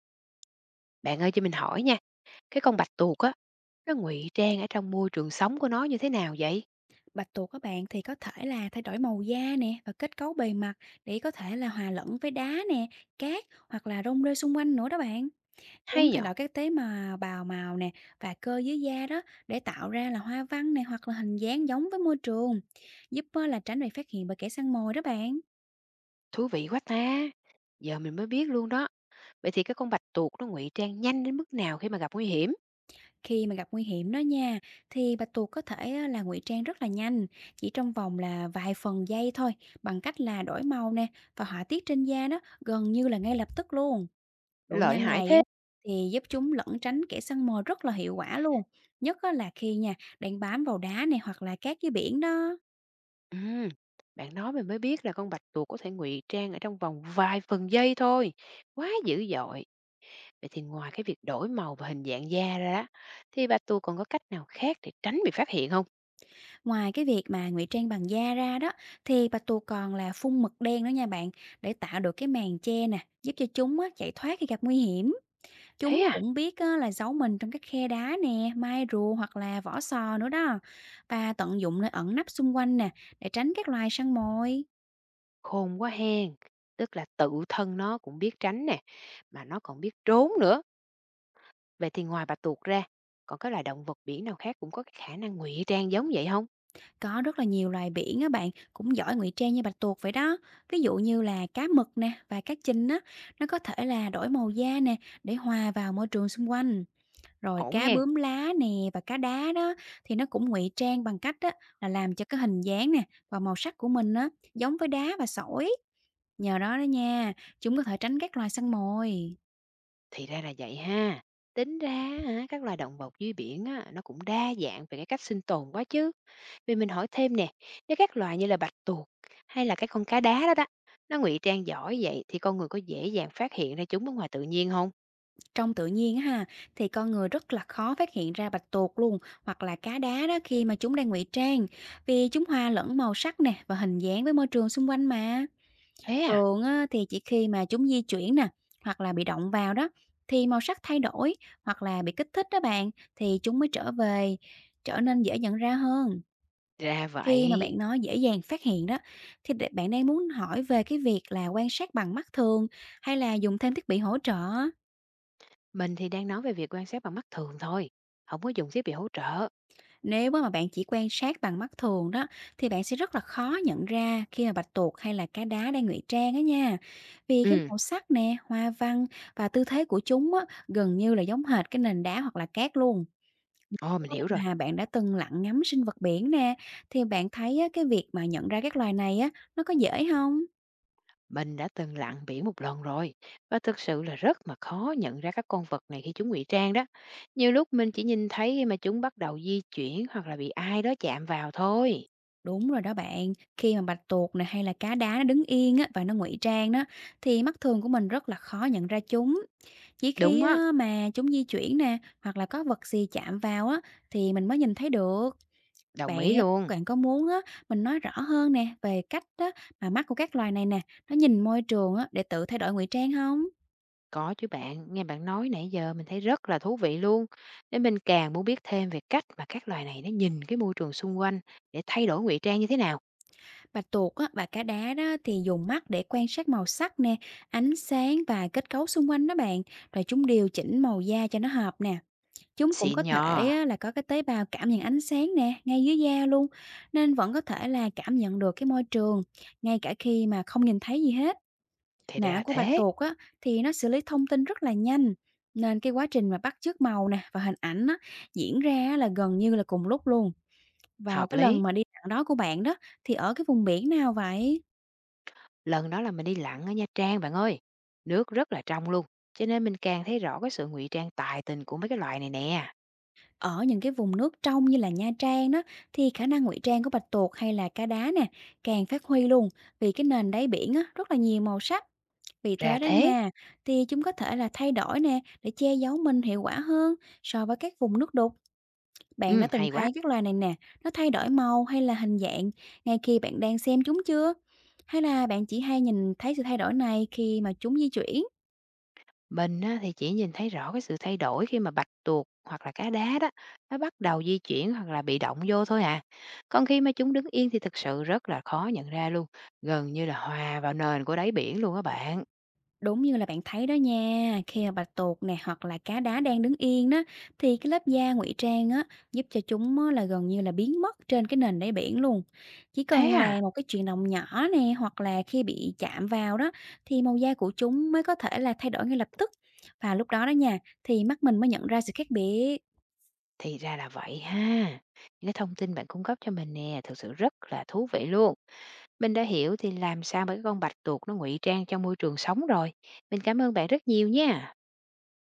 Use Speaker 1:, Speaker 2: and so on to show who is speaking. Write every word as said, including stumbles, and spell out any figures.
Speaker 1: Bạn ơi cho mình hỏi nha, cái con bạch tuộc á, nó ngụy trang ở trong môi trường sống của nó như thế nào vậy?
Speaker 2: Bạch tuộc các bạn thì có thể là thay đổi màu da nè và kết cấu bề mặt để có thể là hòa lẫn với đá nè, cát hoặc là rong rêu xung quanh nữa đó bạn.
Speaker 1: Hay
Speaker 2: Chúng thay
Speaker 1: nhở?
Speaker 2: đổi các tế mà bào màu nè và cơ dưới da đó để tạo ra là hoa văn này hoặc là hình dáng giống với môi trường, giúp á, là tránh bị phát hiện bởi kẻ săn mồi đó bạn.
Speaker 1: Thú vị quá ta. Giờ mình mới biết luôn đó. Vậy thì cái con bạch tuộc nó ngụy trang nhanh đến mức nào khi mà gặp nguy hiểm?
Speaker 2: Khi mà gặp nguy hiểm đó nha, thì bạch tuộc có thể á, là ngụy trang rất là nhanh, chỉ trong vòng là vài phần giây thôi, bằng cách là đổi màu nè và họa tiết trên da đó gần như là ngay lập tức luôn. Độ
Speaker 1: Lợi
Speaker 2: nhanh
Speaker 1: hại
Speaker 2: này
Speaker 1: thế.
Speaker 2: á thì giúp chúng lẩn tránh kẻ săn mồi rất là hiệu quả luôn, nhất á là khi nha đang bám vào đá này hoặc là cát dưới biển đó.
Speaker 1: Ừ, bạn nói mình mới biết là con bạch tuộc có thể ngụy trang ở trong vòng vài phần giây thôi. Quá dữ dội. Vậy thì ngoài cái việc đổi màu và hình dạng da ra đó, thì bạch tuộc còn có cách nào khác để tránh bị phát hiện không?
Speaker 2: Ngoài cái việc mà ngụy trang bằng da ra đó thì bạch tuộc còn là phun mực đen nữa nha bạn, để tạo được cái màn che nè, giúp cho chúng á chạy thoát khi gặp nguy hiểm.
Speaker 1: Thế
Speaker 2: Chúng
Speaker 1: à?
Speaker 2: cũng biết á là giấu mình trong các khe đá nè, mai rùa hoặc là vỏ sò nữa đó. Và tận dụng nơi ẩn nấp xung quanh nè để tránh các loài săn mồi.
Speaker 1: Khôn quá hen! Tức là tự thân nó cũng biết tránh nè, mà nó còn biết trốn nữa. Vậy thì ngoài bạch tuộc ra, còn cái loài động vật biển nào khác cũng có cái khả năng ngụy trang giống vậy không?
Speaker 2: Có rất là nhiều loài biển á bạn, cũng giỏi ngụy trang như bạch tuộc vậy đó. Ví dụ như là cá mực nè và cá chình á, nó có thể là đổi màu da nè để hòa vào môi trường xung quanh. Rồi
Speaker 1: Ổn
Speaker 2: cá
Speaker 1: hen!
Speaker 2: bướm lá nè và cá đá đó thì nó cũng ngụy trang bằng cách á, là làm cho cái hình dáng nè và màu sắc của mình á giống với đá và sỏi. Nhờ đó đó nha, chúng có thể tránh các loài săn mồi.
Speaker 1: Thì ra là vậy ha. Tính ra á các loài động vật dưới biển á, nó cũng đa dạng về cái cách sinh tồn quá chứ. Vậy mình hỏi thêm nè, nếu các loài như là bạch tuộc hay là cái con cá đá đó đó, nó ngụy trang giỏi vậy thì con người có dễ dàng phát hiện ra chúng ở ngoài tự nhiên không?
Speaker 2: Trong tự nhiên á ha, thì con người rất là khó phát hiện ra bạch tuộc luôn hoặc là cá đá đó, khi mà chúng đang ngụy trang, vì chúng hòa lẫn màu sắc nè và hình dáng với môi trường xung quanh mà.
Speaker 1: Thế à?
Speaker 2: Thường á, thì chỉ khi mà chúng di chuyển nè, hoặc là bị động vào đó thì màu sắc thay đổi, hoặc là bị kích thích đó bạn, thì chúng mới trở về, trở nên dễ nhận ra hơn.
Speaker 1: Ra
Speaker 2: Khi mà
Speaker 1: vậy.
Speaker 2: bạn nói dễ dàng phát hiện đó, thì bạn đang muốn hỏi về cái việc là quan sát bằng mắt thường, hay là dùng thêm thiết bị hỗ trợ?
Speaker 1: Mình thì đang nói về việc quan sát bằng mắt thường thôi, không có dùng thiết bị hỗ trợ.
Speaker 2: Nếu á mà bạn chỉ quan sát bằng mắt thường đó, thì bạn sẽ rất là khó nhận ra khi mà bạch tuộc hay là cá đá đang ngụy trang á nha. Vì cái
Speaker 1: Ừ,
Speaker 2: màu sắc nè, hoa văn và tư thế của chúng á, gần như là giống hệt cái nền đá hoặc là cát luôn.
Speaker 1: ồ mình hiểu rồi.
Speaker 2: Nếu Mà bạn đã từng lặn ngắm sinh vật biển nè, thì bạn thấy á, cái việc mà nhận ra các loài này á, nó có dễ không?
Speaker 1: Mình đã từng lặn biển một lần rồi và thực sự là rất mà khó nhận ra các con vật này khi chúng ngụy trang đó. Nhiều lúc mình chỉ nhìn thấy khi mà chúng bắt đầu di chuyển hoặc là bị ai đó chạm vào thôi.
Speaker 2: Đúng rồi đó bạn, khi mà bạch tuộc này hay là cá đá nó đứng yên á, và nó ngụy trang đó, thì mắt thường của mình rất là khó nhận ra chúng. Chỉ khi
Speaker 1: Đúng á,
Speaker 2: á mà chúng di chuyển nè, hoặc là có vật gì chạm vào á, thì mình mới nhìn thấy được.
Speaker 1: đồng
Speaker 2: Bạn
Speaker 1: ý
Speaker 2: á,
Speaker 1: luôn.
Speaker 2: bạn có muốn á, mình nói rõ hơn nè về cách á mà mắt của các loài này nè, nó nhìn môi trường á, để tự thay đổi ngụy trang không?
Speaker 1: Có chứ bạn, nghe bạn nói nãy giờ mình thấy rất là thú vị luôn. Nên mình càng muốn biết thêm về cách mà các loài này nó nhìn cái môi trường xung quanh để thay đổi ngụy trang như thế nào.
Speaker 2: Bạch tuộc á và cá đá đó thì dùng mắt để quan sát màu sắc nè, ánh sáng và kết cấu xung quanh đó bạn, rồi chúng điều chỉnh màu da cho nó hợp nè. Chúng cũng
Speaker 1: Xịn
Speaker 2: có thể
Speaker 1: nhò,
Speaker 2: á là có cái tế bào cảm nhận ánh sáng nè, ngay dưới da luôn, nên vẫn có thể là cảm nhận được cái môi trường, ngay cả khi mà không nhìn thấy gì hết.
Speaker 1: thì ra
Speaker 2: Não
Speaker 1: là
Speaker 2: của bạch
Speaker 1: thế.
Speaker 2: tuộc á, thì nó xử lý thông tin rất là nhanh, nên cái quá trình mà bắt chước màu nè và hình ảnh á, diễn ra á là gần như là cùng lúc luôn. Vào
Speaker 1: Hợp
Speaker 2: cái
Speaker 1: lý,
Speaker 2: lần mà đi dạo đó của bạn đó, thì ở cái vùng biển nào vậy?
Speaker 1: lần đó là mình đi lặn ở Nha Trang bạn ơi. Nước rất là trong luôn, cho nên mình càng thấy rõ cái sự ngụy trang tài tình của mấy cái loài này nè.
Speaker 2: Ở những cái vùng nước trong như là Nha Trang đó, thì khả năng ngụy trang của bạch tuộc hay là cá đá nè, càng phát huy luôn, vì cái nền đáy biển á, rất là nhiều màu sắc. Vì
Speaker 1: Ra
Speaker 2: thế đó
Speaker 1: thế,
Speaker 2: nha, thì chúng có thể là thay đổi nè để che giấu mình hiệu quả hơn so với các vùng nước đục. Bạn đã
Speaker 1: ừ,
Speaker 2: từng
Speaker 1: hay quá.
Speaker 2: thấy các loài này nè, nó thay đổi màu hay là hình dạng ngay khi bạn đang xem chúng chưa? Hay là bạn chỉ hay nhìn thấy sự thay đổi này khi mà chúng di chuyển?
Speaker 1: Mình á, thì chỉ nhìn thấy rõ cái sự thay đổi khi mà bạch tuộc hoặc là cá đá đó, nó bắt đầu di chuyển hoặc là bị động vô thôi à. Còn khi mà chúng đứng yên thì thực sự rất là khó nhận ra luôn, gần như là hòa vào nền của đáy biển luôn á bạn.
Speaker 2: Đúng như là bạn thấy đó nha, khi mà bạch tuộc nè hoặc là cá đá đang đứng yên đó, thì cái lớp da ngụy trang á giúp cho chúng á, là gần như là biến mất trên cái nền đáy biển luôn. Chỉ
Speaker 1: Thế
Speaker 2: cần là
Speaker 1: à?
Speaker 2: một cái chuyển động nhỏ nè hoặc là khi bị chạm vào đó, thì màu da của chúng mới có thể là thay đổi ngay lập tức. Và lúc đó đó nha, thì mắt mình mới nhận ra sự khác biệt.
Speaker 1: Thì ra là vậy ha. Những cái thông tin bạn cung cấp cho mình nè, thực sự rất là thú vị luôn. Mình đã hiểu thì làm sao mà cái con bạch tuộc nó ngụy trang trong môi trường sống rồi. Mình cảm ơn bạn rất nhiều nha.